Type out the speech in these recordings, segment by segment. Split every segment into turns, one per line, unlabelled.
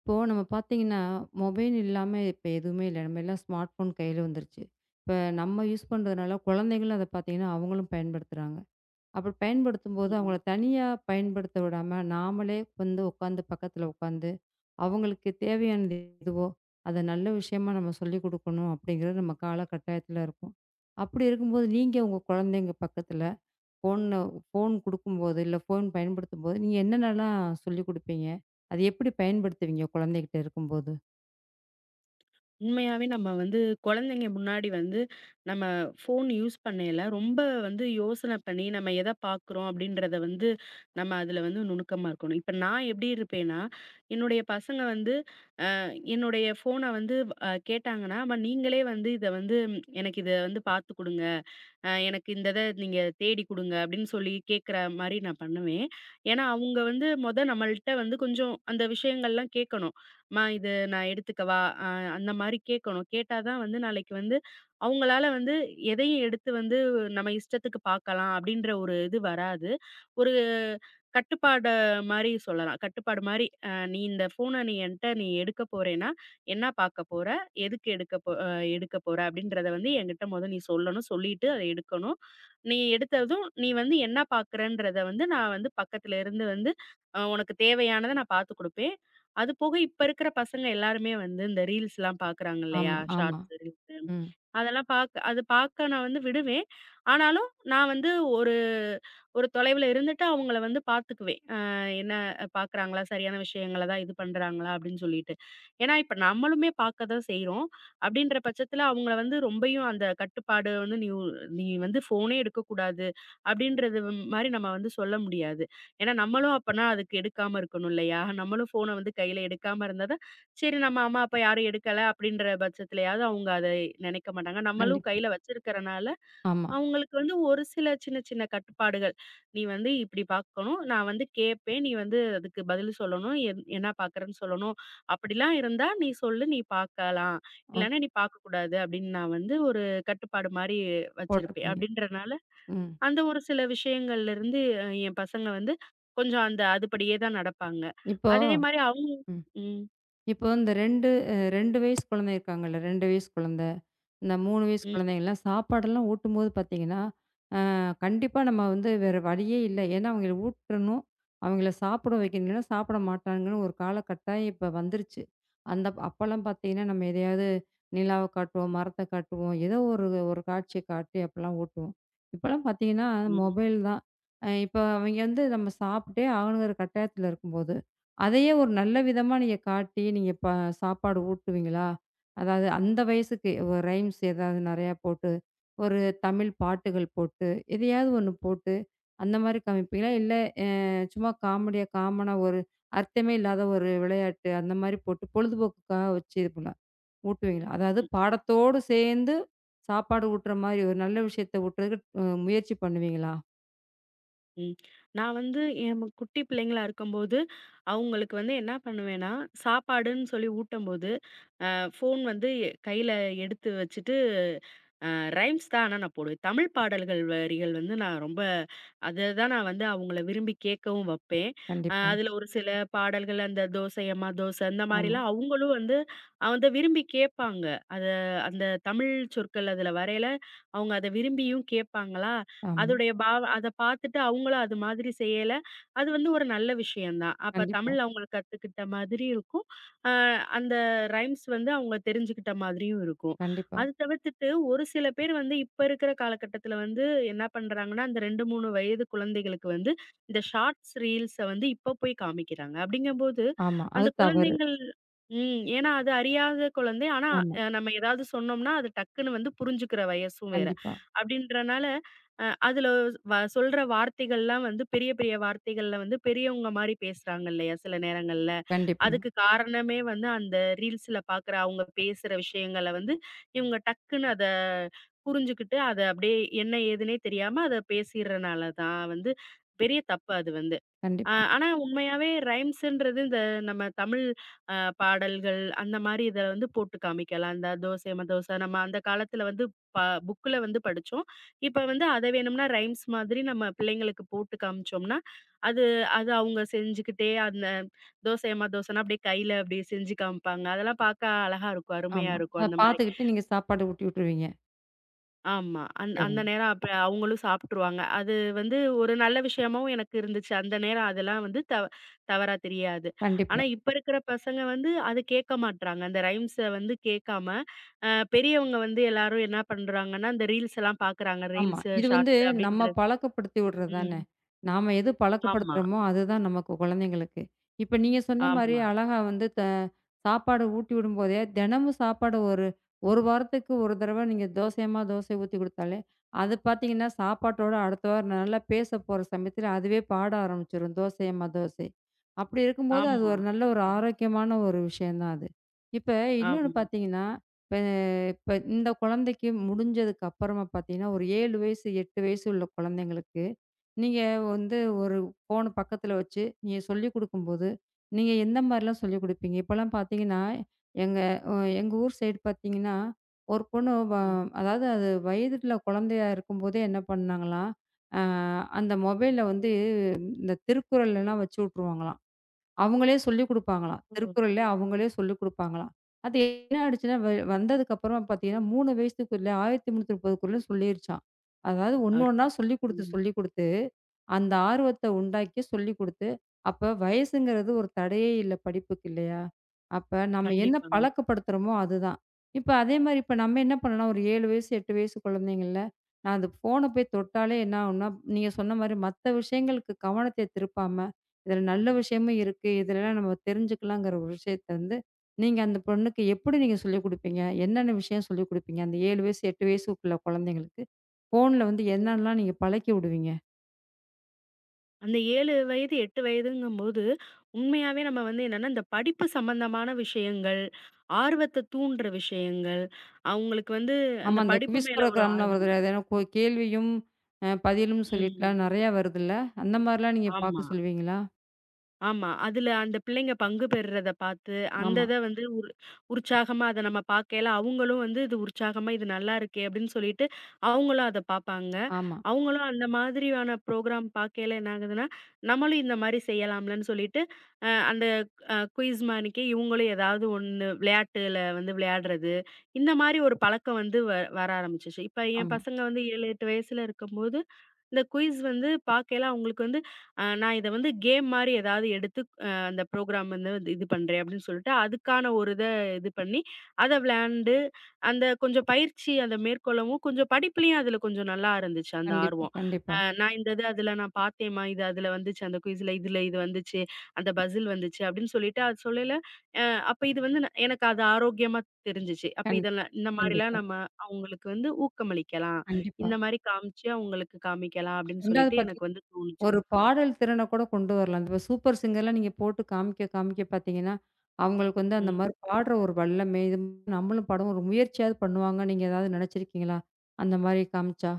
இப்போ நம்ம பார்த்தீங்கன்னா, மொபைல் இல்லாம இப்ப எதுவுமே இல்ல. நம்ம எல்லாம் ஸ்மார்ட் ஃபோன் கையில வந்துருச்சு. இப்ப நம்ம யூஸ் பண்றதுனால குழந்தைங்களும் அத பார்த்தீங்கன்னா, அவங்களும் பயன்படுத்துறாங்க. அப்படி பயன்படுத்தும்போது அவங்கள
ம்.
தனியா பயன்படுத்த விடாம, நாமளே வந்து உட்காந்து பக்கத்துல உட்காந்து, அவங்களுக்கு தேவையானது எதுவோ, அத நல்ல விஷயமா நம்ம சொல்லிக் குடுக்கணும் அப்படிங்கிறது நம்ம கால கட்டாயத்துல இருக்கோம். அப்படி இருக்கும்போது நீங்க உங்க குழந்தைங்க பக்கத்துல ஃபோன்ல ஃபோன் குடுக்கும்போது, இல்ல ஃபோன் பயன்படுத்தும்போது, நீங்க என்னென்னலாம் சொல்லிக் குடுப்பீங்க? அது எப்படி பயன்படுத்துவீங்க குழந்தைகிட்ட இருக்கும்போது?
உண்மையாவே நம்ம வந்து குழந்தைங்க முன்னாடி வந்து நம்ம ஃபோன் யூஸ் பண்ணையில ரொம்ப வந்து யோசனை பண்ணி நம்ம எதை பார்க்குறோம் அப்படின்றத வந்து நம்ம அதில் வந்து நுணுக்கமா இருக்கணும். இப்ப நான் எப்படி இருப்பேன்னா, என்னுடைய பசங்க வந்து என்னுடைய ஃபோன வந்து கேட்டாங்கன்னா, "அம்மா நீங்களே வந்து இத வந்து ம், எனக்கு இத வந்து பார்த்து குடுங்க. எனக்கு இந்த இத நீங்க தேடி குடுங்க." அப்படின்னு சொல்லி கேட்கிற மாரி நான் பண்ணுவேன். ஏன்னா, அவங்க வந்து மொத நம்மள்ட்ட வந்து கொஞ்சம் அந்த விஷயங்கள்லாம் கேட்கணும். "அம்மா இது நான் எடுத்துக்கவா?" அ அந்த மாரி கேட்கணும். கேட்டா தான் வந்து நாளைக்கு வந்து அவங்களால வந்து எதையும் எடுத்து வந்து நம்ம இஷ்டத்துக்கு பார்க்கலாம் அப்படின்ற ஒரு இது வராது. ஒரு கட்டுப்பாடு மாரி சொல்லலாம். கட்டுப்பாடு மாரி, "நீ இந்த ஃபோன நீ என்ட்ட நீ எடுக்க போறேன்னா, என்ன பார்க்க போற? எதுக்கு எடுக்க போ அ எடுக்க போற?" அப்படின்றத வந்து என்கிட்ட மொத நீ சொல்லணும். சொல்லிட்டு அத எடுக்கணும். நீ எடுத்ததும், "நீ வந்து என்ன பார்க்குறன்றத வந்து நான் வந்து பக்கத்துல இருந்து வந்து உனக்கு தேவையானத நான் பார்த்து குடுப்பேன்." அது போக இப்ப இருக்கிற பசங்க எல்லாருமே வந்து இந்த ரீல்ஸ்லாம் பார்க்குறாங்க இல்லையா?
ஆமா, ஆமா.
ஷார்ட்ஸ், ரீல்ஸு
ம்.
அதெல்லாம் பார்க்க அது பார்க்க நான் வந்து விடுவேன். ஆனாலும் நான் வந்து ஒரு ஒரு தொலைவுல இருந்துட்டு அவங்கள வந்து பார்த்துக்குவேன். என்ன பார்க்குறாங்களா? சரியான விஷயங்கள தான் இது பண்றாங்களா? அப்படின்னு சொல்லிட்டு. ஏன்னா, இப்ப நம்மளுமே பார்க்க தான் செய்றோம். அப்படின்ற பட்சத்துல அவங்கள வந்து ரொம்பயும் அந்த கட்டுப்பாடு வந்து நீ வந்து ஃபோனே எடுக்கக்கூடாது அப்படின்றது மாரி நம்ம வந்து சொல்ல முடியாது. ஏன்னா, நம்மளும் அப்பனா அதுக்கு எடுக்காம இருக்கணும் இல்லையா? நம்மளும் ஃபோன வந்து கையில எடுக்காம இருந்தா தான், சரி நம்ம அம்மா, அப்பா யாரும் எடுக்கல அப்படின்ற பட்சத்துலயாவது அவங்க அதை நினைக்க மாட்டாங்க. நம்மளும்
கண்டிப்பா.
கையில வச்சிருக்கிறனால
ஆமா.
அவங்களுக்கு வந்து ஒரு சில சின்ன சின்ன கட்டுப்பாடுகள். "நீ வந்து இப்படி பார்க்கணும். நான் வந்து கேட்பேன். நீ வந்து அதுக்கு பதில் சொல்லணும். என்ன பார்க்குறேன்னு சொல்லணும். அப்படிலாம் இருந்தா நீ சொல்லு. நீ பார்க்கலாம்.
ஓ.
இல்லன்னா நீ பார்க்கக்கூடாது." அப்படின்னு நான் வந்து ஒரு கட்டுப்பாடு மாரி வச்சிருப்பேன்.
போட்டிருப்பீங்க.
அப்படின்றனால
ம்.
அந்த ஒரு சில விஷயங்கள்லருந்து என் பசங்க வந்து கொஞ்சம் அந்த அதுபடியே தான் நடப்பாங்க.
இப்போ.
அதே மாரி அவங்க
ம்.
ம்,
இப்போ இந்த 2 2 வயசு குழந்தை இருக்காங்கல்ல, 2 வயசு குழந்தை, இந்த 3 வயசு
ம்,
குழந்தைங்கலாம் சாப்பாடெல்லாம் ஊட்டும்போது பார்த்தீங்கன்னா, கண்டிப்பா நம்ம வந்து வேற வழியே இல்ல. ஏன்னா, அவங்கள ஊட்டணும். அவங்கள சாப்பிட வைக்கணும்னா, சாப்பிட மாட்டாங்கன்னு ஒரு கால கட்டாயம் இப்ப வந்துருச்சு. அந்த அப்பலாம் பார்த்தீங்கன்னா, நம்ம எதையாவது நிலாவ காட்டுவோம், மரத்த காட்டுவோம். ஏதோ ஒரு ஒரு காட்சிய காட்டி அப்பலாம் ஊட்டுவோம். இப்பலாம் பார்த்தீங்கன்னா,
ம்.
மொபைல் தான். இப்ப அவங்க வந்து நம்ம சாப்பிட்டே ஆகணுங்கிற கட்டாயத்துல இருக்கும்போது, அதையே ஒரு நல்ல விதமா நீங்க காட்டி, நீங்க ப சாப்பாடு ஊட்டுவீங்களா? அதாவது அந்த வயசுக்கு ஒரு ரைம்ஸ் ஏதாவது நெறையா போட்டு ஒரு தமிழ் பாட்டுகள் போட்டு, எதையாவது ஒண்ணு போட்டு, அந்த மாரி காமிப்பீங்களா? இல்ல அ சும்மா காமெடியா காமனா ஒரு அர்த்தமே இல்லாத ஒரு விளையாட்டு அந்த மாரி போட்டு பொழுதுபோக்குக்காக வச்சு இது பண்ண ஊட்டுவீங்களா? அதாவது பாடத்தோடு சேர்ந்து சாப்பாடு ஊட்டுற மாரி ஒரு நல்ல விஷயத்த ஊட்டுறதுக்கு முயற்சி பண்ணுவீங்களா?
ம். நான் வந்து என் குட்டி பிள்ளைங்களா இருக்கும்போது, அவங்களுக்கு வந்து என்ன பண்ணுவேன்னா, சாப்பாடுன்னு சொல்லி ஊட்டும்போது, ஃபோன் வந்து கையில எடுத்து வச்சுட்டு அ ரைம்ஸ் தான் ஆனா நான் போடுவேன். தமிழ் பாடல்கள் வரிகள் வந்து நான் ரொம்ப அத தான் நான் வந்து அவங்கள விரும்பி கேட்கவும் வப்பேன்.
கண்டிப்பா.
அதில ஒரு சில பாடல்கள் அந்த "தோசை அம்மா தோசை" அந்த
ஆமா,
மாரிலாம் அவங்களும் வந்து அத விரும்பி கேட்பாங்க. அத அந்த தமிழ் சொற்கள் அதில வரையில அவங்க அத விரும்பியும் கேட்பாங்களா,
ஆமா.
அதோடைய பாவ அத பார்த்துட்டு அவங்களும் அது மாதிரி செய்யல, அது வந்து ஒரு நல்ல விஷயம் தான். அப்ப
கண்டிப்பா,
தமிழ் அவங்க கத்துக்கிட்ட மாதிரி இருக்கும். அ அந்த ரைம்ஸ் வந்து அவங்க தெரிஞ்சுக்கிட்ட மாதிரியும் இருக்கும்.
கண்டிப்பா.
அது தவிர்த்துட்டு ஒரு சில பேர் வந்து இப்ப இருக்கிற காலகட்டத்தில வந்து என்ன பண்றாங்கன்னா, அந்த 2, 3 வயது குழந்தைகளுக்கு வந்து இந்த ஷார்ட்ஸ், ரீல்ஸ வந்து இப்ப போய் காமிக்கிறாங்க. அப்படிங்கம்போது
ஆமா.
அந்த
அது தவறு.
குழந்தைங்கள் ம். ஏன்னா அது அறியாத குழந்தை. ஆனா
ஆமா.
நம்ம ஏதாவது சொன்னோம்னா, அது டக்குன்னு வந்து புரிஞ்சுக்கிற வயசும் வேற.
கண்டிப்பா,
அப்படின்றனால அதில சொல்ற வார்த்தைகள்லாம் வந்து பெரிய பெரிய வார்த்தைகள்ல வந்து பெரியவங்க மாரி பேசுறாங்க இல்லையா? சில நேரங்கள்ல.
கண்டிப்பா,
அதுக்கு காரணமே வந்து அந்த ரீல்ஸ்ல பாக்குற அவங்க பேசுற விஷயங்கள வந்து இவங்க டக்குன்னு அத புரிஞ்சுகிட்டு, அத அப்படியே என்ன ஏதுன்னே தெரியாம அத பேசிர்றனால தான் வந்து பெரிய தப்பு அது வந்து.
கண்டிப்பா.
ஆனா உண்மையாவே ரைம்ஸ்ன்றது இந்த நம்ம தமிழ் அ பாடல்கள் அந்த மாரி இத வந்து போட்டு காமிக்கலாம். அந்த தோசை மதோசை நம்ம அந்த காலத்துல வந்து ப புக்ல வந்து படிச்சோம். இப்ப வந்து அத வேணும்னா ரைம்ஸ் மாதிரி நம்ம பிள்ளைங்களுக்கு போட்டு காமிச்சோம்னா, அது அது அவங்க செஞ்சுக்கிட்டே அந்த தோசை மதோசைன்னா அப்படியே கையில அப்படியே செஞ்சு காமிப்பாங்க. அதெல்லாம் பார்க்க அழகா இருக்கும். அருமையா
ஆமா.
இருக்கும்
அத
அந்த மாரி.
பார்த்துக்கிட்டு நீங்க சாப்பாடு ஊட்டி விட்டுருவீங்க.
ஆமா. அந்த
சரிங்க.
நேரம் அப்ப அவங்களும் சாப்ட்டுருவாங்க. அது வந்து ஒரு நல்ல விஷயமாவும் எனக்கு இருந்துச்சு. அந்த நேரம் அதெல்லாம் வந்து தவறா தெரியாது. ஆனா
கண்டிப்பா.
இப்ப இருக்கிற பசங்க வந்து அது கேட்க மாட்றாங்க. அந்த ரைம்ஸ வந்து கேட்காம, அ பெரியவங்க வந்து எல்லாரும் என்ன பண்றாங்கன்னா, இந்த ரீல்ஸ் எல்லாம் பாக்குறாங்க.
ஆமா.
ரீல்ஸ்,
இது வந்து
ஷார்ட்ஸ்
நம்ம
அப்படின்றது.
பழக்கப்படுத்தி விடுறது தானே.
ம்.
நாம எது
ஆமா,
பழக்கப்படுத்துறோமோ, அதுதான் நமக்கு குழந்தைங்களுக்கு. இப்ப நீங்க சொன்ன மாரி
ஆமா,
அழகா வந்து த சாப்பாடு ஊட்டி விடும்போதே, தினமும் சாப்பாடு ஒரு 1 வாரத்துக்கு 1 தடவ நீங்க தோசையம்மா தோசை ஊத்தி குடுத்தாலே, அது பார்த்தீங்கன்னா, சாப்பாட்டோட அடுத்த வாரம் நல்லா பேச போற சமயத்துல அதுவே பாட ஆரம்பிச்சுரும். தோசையம்மா தோசை. அப்படி இருக்கும்போது, அது
ஆமா.
ஒரு நல்ல ஒரு
ம்.
ஆரோக்கியமான ஒரு விஷயம் தான் அது. இப்ப இன்னொன்னு
ஆமா.
பார்த்தீங்கன்னா, இப்ப இப்ப இந்த குழந்தைக்கு முடிஞ்சதுக்கு அப்புறமா பார்த்தீங்கன்னா, ஒரு 7 வயசு, 8 வயசு உள்ள குழந்தைங்களுக்கு, நீங்க வந்து ஒரு ஃபோன் பக்கத்துல வச்சு, நீங்க சொல்லிக் குடுக்கும்போது, நீங்க எந்த மாரிலாம் சொல்லிக் குடுப்பீங்க? இப்பலாம் பார்த்தீங்கன்னா, எங்க அ எங்க ஊர் சைடு பார்த்தீங்கன்னா, ஒரு பொண்ணு வ
ம்.
அதாவது அது வயதுல குழந்தையா இருக்கும்போதே என்ன பண்ணாங்களாம், அ அந்த மொபைல்ல வந்து இந்த திருக்குறள்லாம் வச்சு விட்டுருவாங்களாம். அவங்களே சொல்லிக் குடுப்பாங்களாம்.
ஓ!
திருக்குறளே அவங்களே சொல்லிக் குடுப்பாங்களாம். அது என்ன ஆயிடுச்சுன்னா, வந்ததுக்கு அப்புறமா பார்த்தீங்கன்னா, 3 வயசுக்குள்ள 1330 குறளும் சொல்லிருச்சாம். அதாவது ஒண்ணு
அரு
ஒண்ணா சொல்லிக் குடுத்து,
ம்.
சொல்லிக் குடுத்து, அந்த ஆர்வத்த உண்டாக்கி சொல்லிக் குடுத்து, அப்ப வயசுங்கிறது ஒரு தடையே இல்ல படிப்புக்கு இல்லையா? அப்ப நம்ம என்ன
கண்டிப்பாங்க.
பழக்கப்படுத்துறோமோ அதுதான். இப்ப அதே மாரி இப்ப நம்ம என்ன பண்ணலாம், ஒரு 7 வயசு, 8 வயசு குழந்தைங்கள்ல, நான் அந்த ஃபோன போய் தொட்டாலே என்ன ஆகும்னா, நீங்க சொன்ன மாரி மத்த விஷயங்களுக்கு கவனத்தை திருப்பாம இதில நல்ல விஷயமும் இருக்கு. இதுலலாம் நம்ம தெரிஞ்சுக்கலாங்கிற ஒரு விஷயத்த வந்து, நீங்க அந்த பொண்ணுக்கு எப்படி நீங்க சொல்லிக் குடுப்பீங்க? என்னென்ன விஷயம் சொல்லிக் குடுப்பீங்க? அந்த 7 வயசு, 8 வயசுக்குள்ள குழந்தைங்களுக்கு, ஃபோன்ல வந்து என்னலாம் நீங்க பழக்கி விடுவீங்க?
அந்த 7 வயது, 8 வயதுங்கும்போது, உண்மையாவே நம்ம வந்து என்னன்னா, இந்த படிப்பு சம்மந்தமான விஷயங்கள், ஆர்வத்த தூண்டுற விஷயங்கள், அவங்களுக்கு வந்து
ஆமா,
அந்த
அந்த
படிப்பு
குவிஸ்
மேல ஒரு
ப்ரோகிராம்லாம்
ஆர்வம்.
வருதுல்ல. அது என்ன கேள்வியும் பதிலும்
ம்.
சொல்லிட்டுலாம் நெறையா வருதுல்ல. அந்த மாரிலாம் நீங்க
ஆமா.
பார்க்க சொல்லுவீங்களா?
ஆமா. அதுல அந்த பிள்ளைங்க பங்கு பெறுறத பார்த்து, அந்த
ஆமா,
இத வந்து உற்சாகமா அத நம்ம பார்க்கையில, அவங்களும் வந்து இது உற்சாகமா இது நல்லா இருக்கே! அப்படின்னு சொல்லிட்டு, அவங்களும் அத பார்ப்பாங்க.
ஆமா,
அவங்களும் அந்த மாதிரியான ப்ரோகிராம் பார்க்கையில என்ன ஆகுதுன்னா, நம்மளும் இந்த மாரி செய்யலாம்லன்னு சொல்லிட்டு, அந்த குயிஸ் மாரிக்கே இவங்களும் ஏதாவது ஒண்ணு விளையாட்டுல வந்து விளையாடுறது, இந்த மாரி ஒரு பழக்கம் வந்து வர ஆரம்பிச்சுச்சு. இப்ப என்
ஆமா.
பசங்க வந்து 7, 8 வயசுல இருக்கும்போது, இந்த குயிஸ் வந்து பார்க்கையில அவங்களுக்கு வந்து நான் இத வந்து கேம் மாரி ஏதாவது எடுத்து அந்த ப்ரோகிராம் வந்து வந்து இது பண்றேன் அப்படின்னு சொல்லிட்டு, அதுக்கான ஒரு இத இது பண்ணி, அத விளையாண்டு, அந்த கொஞ்சம் பயிற்சி அத மேற்கொள்ளவும், கொஞ்சம் படிப்புலயும் அதுல கொஞ்சம் நல்லா இருந்துச்சு அந்த
கண்டிப்பா,
ஆர்வம்.
கண்டிப்பா.
நான் இந்த இது அதுல நான் பார்த்தேம்மா, இது அதுல வந்துச்சு அந்த குயிஸ்ல, இதுல இது வந்துச்சு, அந்த பசில் வந்துச்சு அப்படின்னு சொல்லிட்டு அது சொல்லயில, அ அப்ப இது வந்து எனக்கு அது ஆரோக்கியமா தெரிஞ்சுச்சு. அப்ப
கண்
இதெல்லாம் இந்த மாரிலாம்
கண்டிப்பா,
நம்ம அவங்களுக்கு வந்து ஊக்கமளிக்கலாம்.
கண்டிப்பா.
இந்த மாரி காமிச்சு அவங்களுக்கு காமிக்கலாம் அப்படின்னு
2வது
சொல்லிட்டு
பத்
எனக்கு வந்து தோணுச்சு.
ஒரு பாடல் திறன கூட கொண்டு வரலாம். இப்ப சூப்பர் சிங்கர்லாம் நீங்க போட்டு காமிக்க, காமிக்க பார்த்தீங்கன்னா, அவங்களுக்கு வந்து அந்த
ம்.
மாரி பாடுற ஒரு வல்லமை, இது நம்மளும் பாடுவோம். ஒரு முயற்சியாவது பண்ணுவாங்க. நீங்க ஏதாவது நெனச்சிருக்கீங்களா? அந்த மாரி காமிச்சா?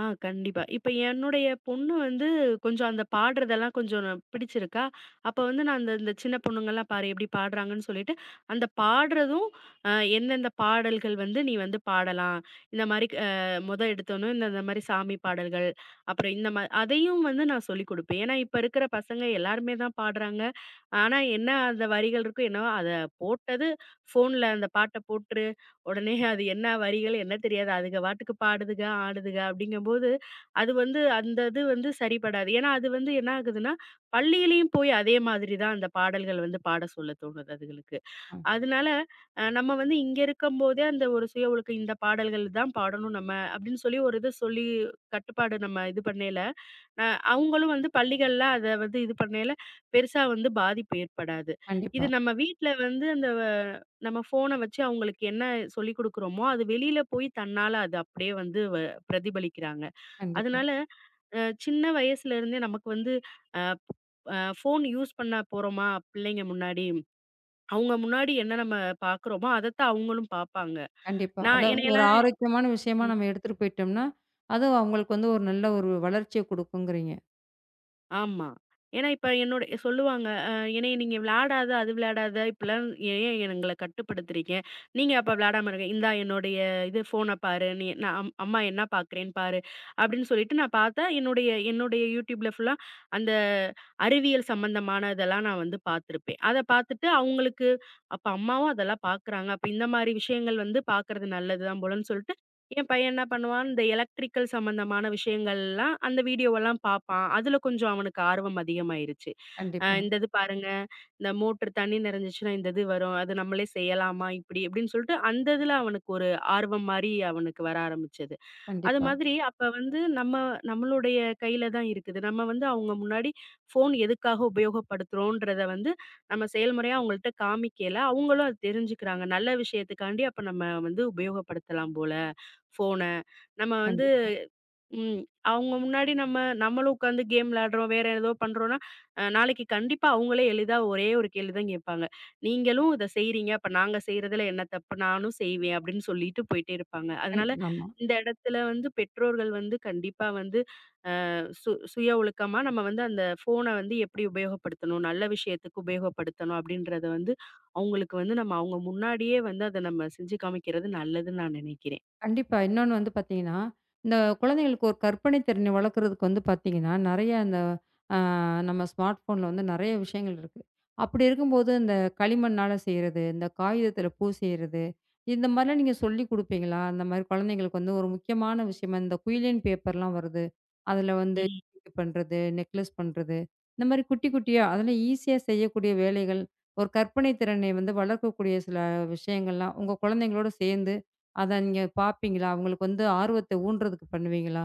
கண்டிப்பா. இப்ப என்னுடைய பொண்ணு வந்து கொஞ்சம் அந்த பாடுறதெல்லாம் கொஞ்சம் பிடிச்சிருக்கா. அப்ப வந்து நான் அந்த இந்த சின்ன பொண்ணுங்கலாம் பாரு எப்படி பாடுறாங்கன்னு சொல்லிட்டு, அந்த பாடுறதும் அ எந்தெந்த பாடல்கள் வந்து நீ வந்து பாடலாம். இந்த மாரி மொத எடுத்தோனே இந்த இந்த மாரி சாமி பாடல்கள், அப்புறம் இந்த அதையும் வந்து நான் சொல்லிக் குடுப்பேன். ஏன்னா இப்ப இருக்கிற பசங்க எல்லாருமே தான் பாடுறாங்க. ஆனா என்ன அந்த வரிகள் இருக்கோ என்னவோ அத போட்டது ஃபோன்ல அந்த பாட்ட போட்டுரு உடனே அது என்ன வரிகள் என்ன தெரியாது. அதுக பாட்டுக்கு பாடுதுக, ஆடுதுக அப்படிங்கும்போது, அது வந்து அந்த இது வந்து சரிப்படாது. ஏன்னா, அது வந்து என்ன ஆகுதுன்னா, பள்ளியிலயும் போய் அதே மாதிரி தான் அந்த பாடல்கள் வந்து பாட சொல்ல தோணுது அதுகளுக்கு.
அ
அதனால, நம்ம வந்து இங்க இருக்கும்போதே அந்த ஒரு சுய ஒழுக்கம் இந்த பாடல்கள் தான் பாடணும் நம்ம அப்படின்னு சொல்லி ஒரு இது சொல்லி கட்டுப்பாடு நம்ம இது பண்ணையில, அ அவங்களும் வந்து பள்ளிகள்ல அத வந்து இது பண்ணையில பெருசா வந்து பாதிப்பு ஏற்படாது. இது
கண்டிப்பா,
நம்ம வீட்ல வந்து அந்த நம்ம ஃபோன வச்சு அவங்களுக்கு என்ன சொல்லிக் குடுக்குறோமோ, அது வெளியில போய் தன்னால அது அப்படியே வந்து பிரதிபலிக்கிறாங்க.
கண்டிப்பா,
அதனால சின்ன வயசுல இருந்தே நமக்கு வந்து அ அ ஃபோன் யூஸ் பண்ண போறோமா பிள்ளைங்க முன்னாடி அவங்க முன்னாடி என்ன நம்ம பாக்குறோமோ, அதத்தான் அவங்களும் பாப்பாங்க.
கண்டிப்பா.
நான்
அதாவது ஒரு
என்னையெல்லாம்
ஆரோக்கியமான விஷயமா
ம்.
நம்ம எடுத்துட்டு போயிட்டோம்னா, அதுவும் அவங்களுக்கு வந்து ஒரு நல்ல ஒரு வளர்ச்சிய குடுக்குங்கிறீங்க.
ஆமா. ஏன்னா இப்ப என்னோட சொல்லுவாங்க, "என்னைய நீங்க விளையாடாத, அது விளையாடாத, இப்படிலாம் ஏன் எங்கள கட்டுப்படுத்துறீங்க? நீங்க அப்ப விளையாடாம இருங்க. இந்தா என்னுடைய இது ஃபோன பாரு. நீ நான் அம்மா என்ன பாக்குறேன்னு பாரு." அப்படின்னு சொல்லிட்டு நான் பாத்தா, என்னுடைய என்னுடைய YouTubeல ஃபுல்லா அந்த அறிவியல் சம்பந்தமான இதெல்லாம் நான் வந்து பாத்திருப்பேன். அத பாத்துட்டு அவங்களுக்கு, "அப்ப அம்மாவும் அதெல்லாம் பாக்குறாங்க. அப்ப இந்த மாரி விஷயங்கள் வந்து பாக்குறது நல்லது தான் போலன்னு" சொல்லிட்டு என் பையன் என்ன பண்ணுவான், இந்த எலக்ட்ரிக்கல் சம்மந்தமான விஷயங்கள்லாம் அந்த வீடியோவெல்லாம் பார்ப்பான். அதுல கொஞ்சம் அவனுக்கு ஆர்வம் அதிகமாயிருச்சு.
கண்டிப்பா,
இந்த இது பாருங்க, இந்த மோட்டர் தண்ணி நிறைஞ்சுச்சுன்னா இந்த இது வரும். அது நம்மளே செய்யலாமா? இப்படி இப்படின்னு சொல்லிட்டு அந்த இதுல அவனுக்கு ஒரு ஆர்வம் மாரி அவனுக்கு வர ஆரம்பிச்சது. அது
கண்டிப்பா,
மாதிரி அப்ப வந்து நம்ம நம்மளுடைய கையில தான் இருக்குது. நம்ம வந்து அவங்க முன்னாடி ஃபோன் எதுக்காக உபயோகப்படுத்துறோன்றத வந்து நம்ம செயல்முறையா அவங்கள்ட்ட காமிக்கையில, அவங்களும் அத தெரிஞ்சுக்கிறாங்க. நல்ல விஷயத்துக்காண்டி அப்ப நம்ம வந்து உபயோகப்படுத்தலாம் போல ஃபோன. நம்ம வந்து
கண்டிப்பா.
ம். அவங்க முன்னாடி நம்ம நம்மளும் உட்காந்து கேம் விளையாடுறோம், வேற ஏதோ பண்றோம்னா, நாளைக்கு கண்டிப்பா அவங்களே எளிதா ஒரே ஒரு கேள்வி தான் கேட்பாங்க. "நீங்களும் இத செய்றீங்க, அப்ப நாங்க செய்றதுல என்ன தப்பு? நானும் செய்வேன்." அப்படின்னு சொல்லிட்டு போயிட்டே இருப்பாங்க. அதனால
ஆமா.
இந்த இடத்துல வந்து பெற்றோர்கள் வந்து கண்டிப்பா வந்து அ சு சுய ஒழுக்கமா நம்ம வந்து அந்த ஃபோன வந்து எப்படி உபயோகப்படுத்தணும், நல்ல விஷயத்துக்கு உபயோகப்படுத்தணும் அப்படின்றத வந்து அவங்களுக்கு வந்து நம்ம அவங்க முன்னாடியே வந்து அத நம்ம செஞ்சு காமிக்கிறது நல்லதுன்னு நான் நினைக்கிறேன்.
கண்டிப்பா. இன்னொன்னு வந்து பார்த்தீங்கன்னா, இந்த குழந்தைகளுக்கு ஒரு கற்பனை திறனை வளர்க்குறதுக்கு வந்து பார்த்தீங்கன்னா, நெறைய அந்த அ நம்ம ஸ்மார்ட் ஃபோன்ல வந்து நெறைய விஷயங்கள் இருக்கு. அப்படி இருக்கும்போது, இந்த களிமண்ணால செய்றது, இந்த காகிதத்தில பூ செய்றது, இந்த மாரிலாம் நீங்க சொல்லிக் குடுப்பீங்களா? அந்த மாரி குழந்தைங்களுக்கு வந்து ஒரு முக்கியமான விஷயமா இந்த குயிலின் பேப்பர்லாம் வருது. அதில வந்து
ம்.
பண்றது, நெக்லஸ் பண்றது, இந்த மாரி குட்டி குட்டியா அதெல்லாம் ஈஸியா செய்யக்கூடிய வேலைகள், ஒரு கற்பனை திறனை வந்து வளர்க்கக்கூடிய சில விஷயங்கள்லாம் உங்க குழந்தைங்களோட சேர்ந்து அத நீங்க பார்ப்பீங்களா? அவங்களுக்கு வந்து ஆர்வத்த ஊன்றதுக்கு பண்ணுவீங்களா?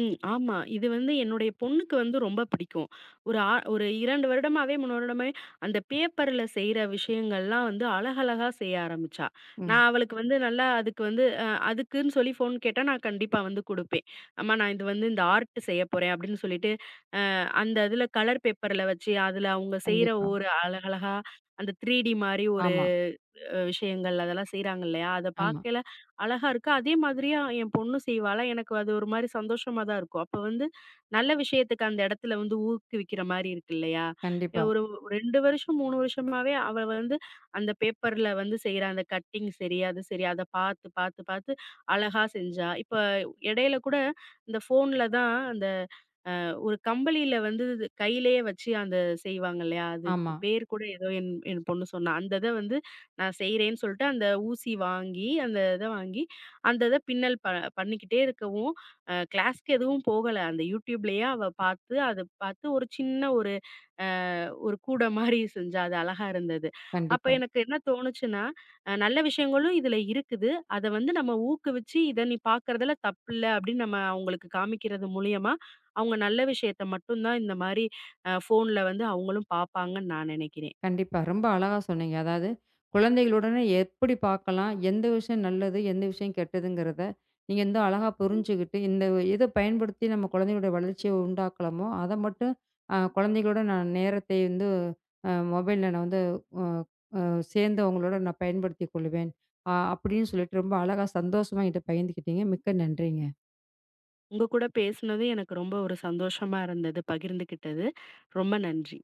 ம். ஆமா. இது வந்து என்னுடைய பொண்ணுக்கு வந்து ரொம்ப பிடிக்கும். ஒரு 2 வருடமாவே, 3 வருடமாவே அந்த பேப்பர்ல செய்ற விஷயங்கள்லாம் வந்து அழகழகா செய்ய ஆரம்பிச்சா.
ம்.
நான் அவளுக்கு வந்து நல்லா அதுக்கு வந்து அதுக்குன்னு சொல்லி ஃபோன் கேட்டா, நான் கண்டிப்பா வந்து குடுப்பேன். அம்மா நான் இது வந்து இந்த ஆர்ட் செய்ய போறேன் அப்படின்னு சொல்லிட்டு, அந்த இதுல கலர் பேப்பர்ல வச்சு, அதுல அவங்க செய்ற
கண்டிப்பா.
ஒரு அழகழகா அந்த 3டி மாரி ஒரு
ஆமா,
விஷயங்கள் அதெல்லாம் செய்றாங்க இல்லையா? அத
ஆமா.
பார்க்கையில அழகா இருக்கு. அதே மாதிரியா என் பொண்ணும் செய்வாளா, எனக்கு அது ஒரு மாரி சந்தோஷமா தான் இருக்கும். அப்ப வந்து நல்ல விஷயத்துக்கு அந்த இடத்துல வந்து ஊக்குவிக்கிற மாரி இருக்கு இல்லையா?
கண்டிப்பா.
ஒரு 2 வருஷம் 3 வருஷமாவே அவ வந்து அந்த பேப்பர்ல வந்து செய்ற அந்த கட்டிங் சரி, அது சரி அத பார்த்து, பார்த்து, பார்த்து அழகா செஞ்சா. இப்ப இடையில கூட இந்த ஃபோன்ல தான் அந்த ஒரு கம்பளியில வந்து இது கையிலேயே வச்சு அந்த செய்வாங்க இல்லையா? அதுக்கு
ஆமா,
பேர் கூட ஏதோ என் என் பொண்ணு சொன்னா. அந்த இத வந்து நான் செய்றேன்னு சொல்ட்டு அந்த ஊசி வாங்கி, அந்த இத வாங்கி, அந்த இத பின்னல் பண்ணிக்கிட்டே இருக்கவும், கிளாஸ்க்கு எதுவும் போகல. அந்த YouTubeலயே அவ பார்த்து, அத பார்த்து ஒரு சின்ன ஒரு அ ஒரு கூட மாரி செஞ்சா அது அழகா இருந்தது. அப்ப
கண்டிப்பா.
எனக்கு என்ன தோணுச்சுன்னா, நல்ல விஷயங்களும் இதுல இருக்குது. அத வந்து நம்ம ஊக்குவிச்சு, "இத நீ பார்க்குறதுல தப்பில்ல" அப்படின்னு நம்ம அவங்களுக்கு காமிக்கிறது மூலியமா, அவங்க நல்ல விஷயத்த மட்டும் தான் இந்த மாரி ஃபோன்ல வந்து அவங்களும் பார்ப்பாங்கன்னு நான் நெனைக்கிறேன்.
கண்டிப்பா. ரொம்ப அழகா சொன்னீங்க. அதாவது குழந்தைகளுடனே எப்படி பார்க்கலாம், எந்த விஷயம் நல்லது, எந்த விஷயம் கெட்டதுங்கிறத, நீங்க வந்து அழகா புரிஞ்சுகிட்டு, இந்த இத பயன்படுத்தி நம்ம குழந்தைகளுடைய வளர்ச்சிய உண்டாக்கலாமோ, அத மட்டும் குழந்தைகளோட நான் நேரத்தை வந்து மொபைல்ல நான் வந்து அ அ சேர்ந்து அவங்களோட நான் பயன்படுத்திக் கொள்வேன். அப்படின்னு சொல்லிட்டு ரொம்ப அழகா சந்தோஷமா என்கிட்ட பகிர்ந்துக்கிட்டீங்க. மிக்க நன்றிங்க.
உங்க கூட பேசுனது எனக்கு ரொம்ப ஒரு சந்தோஷமா இருந்தது, பகிர்ந்துக்கிட்டது. ரொம்ப நன்றி.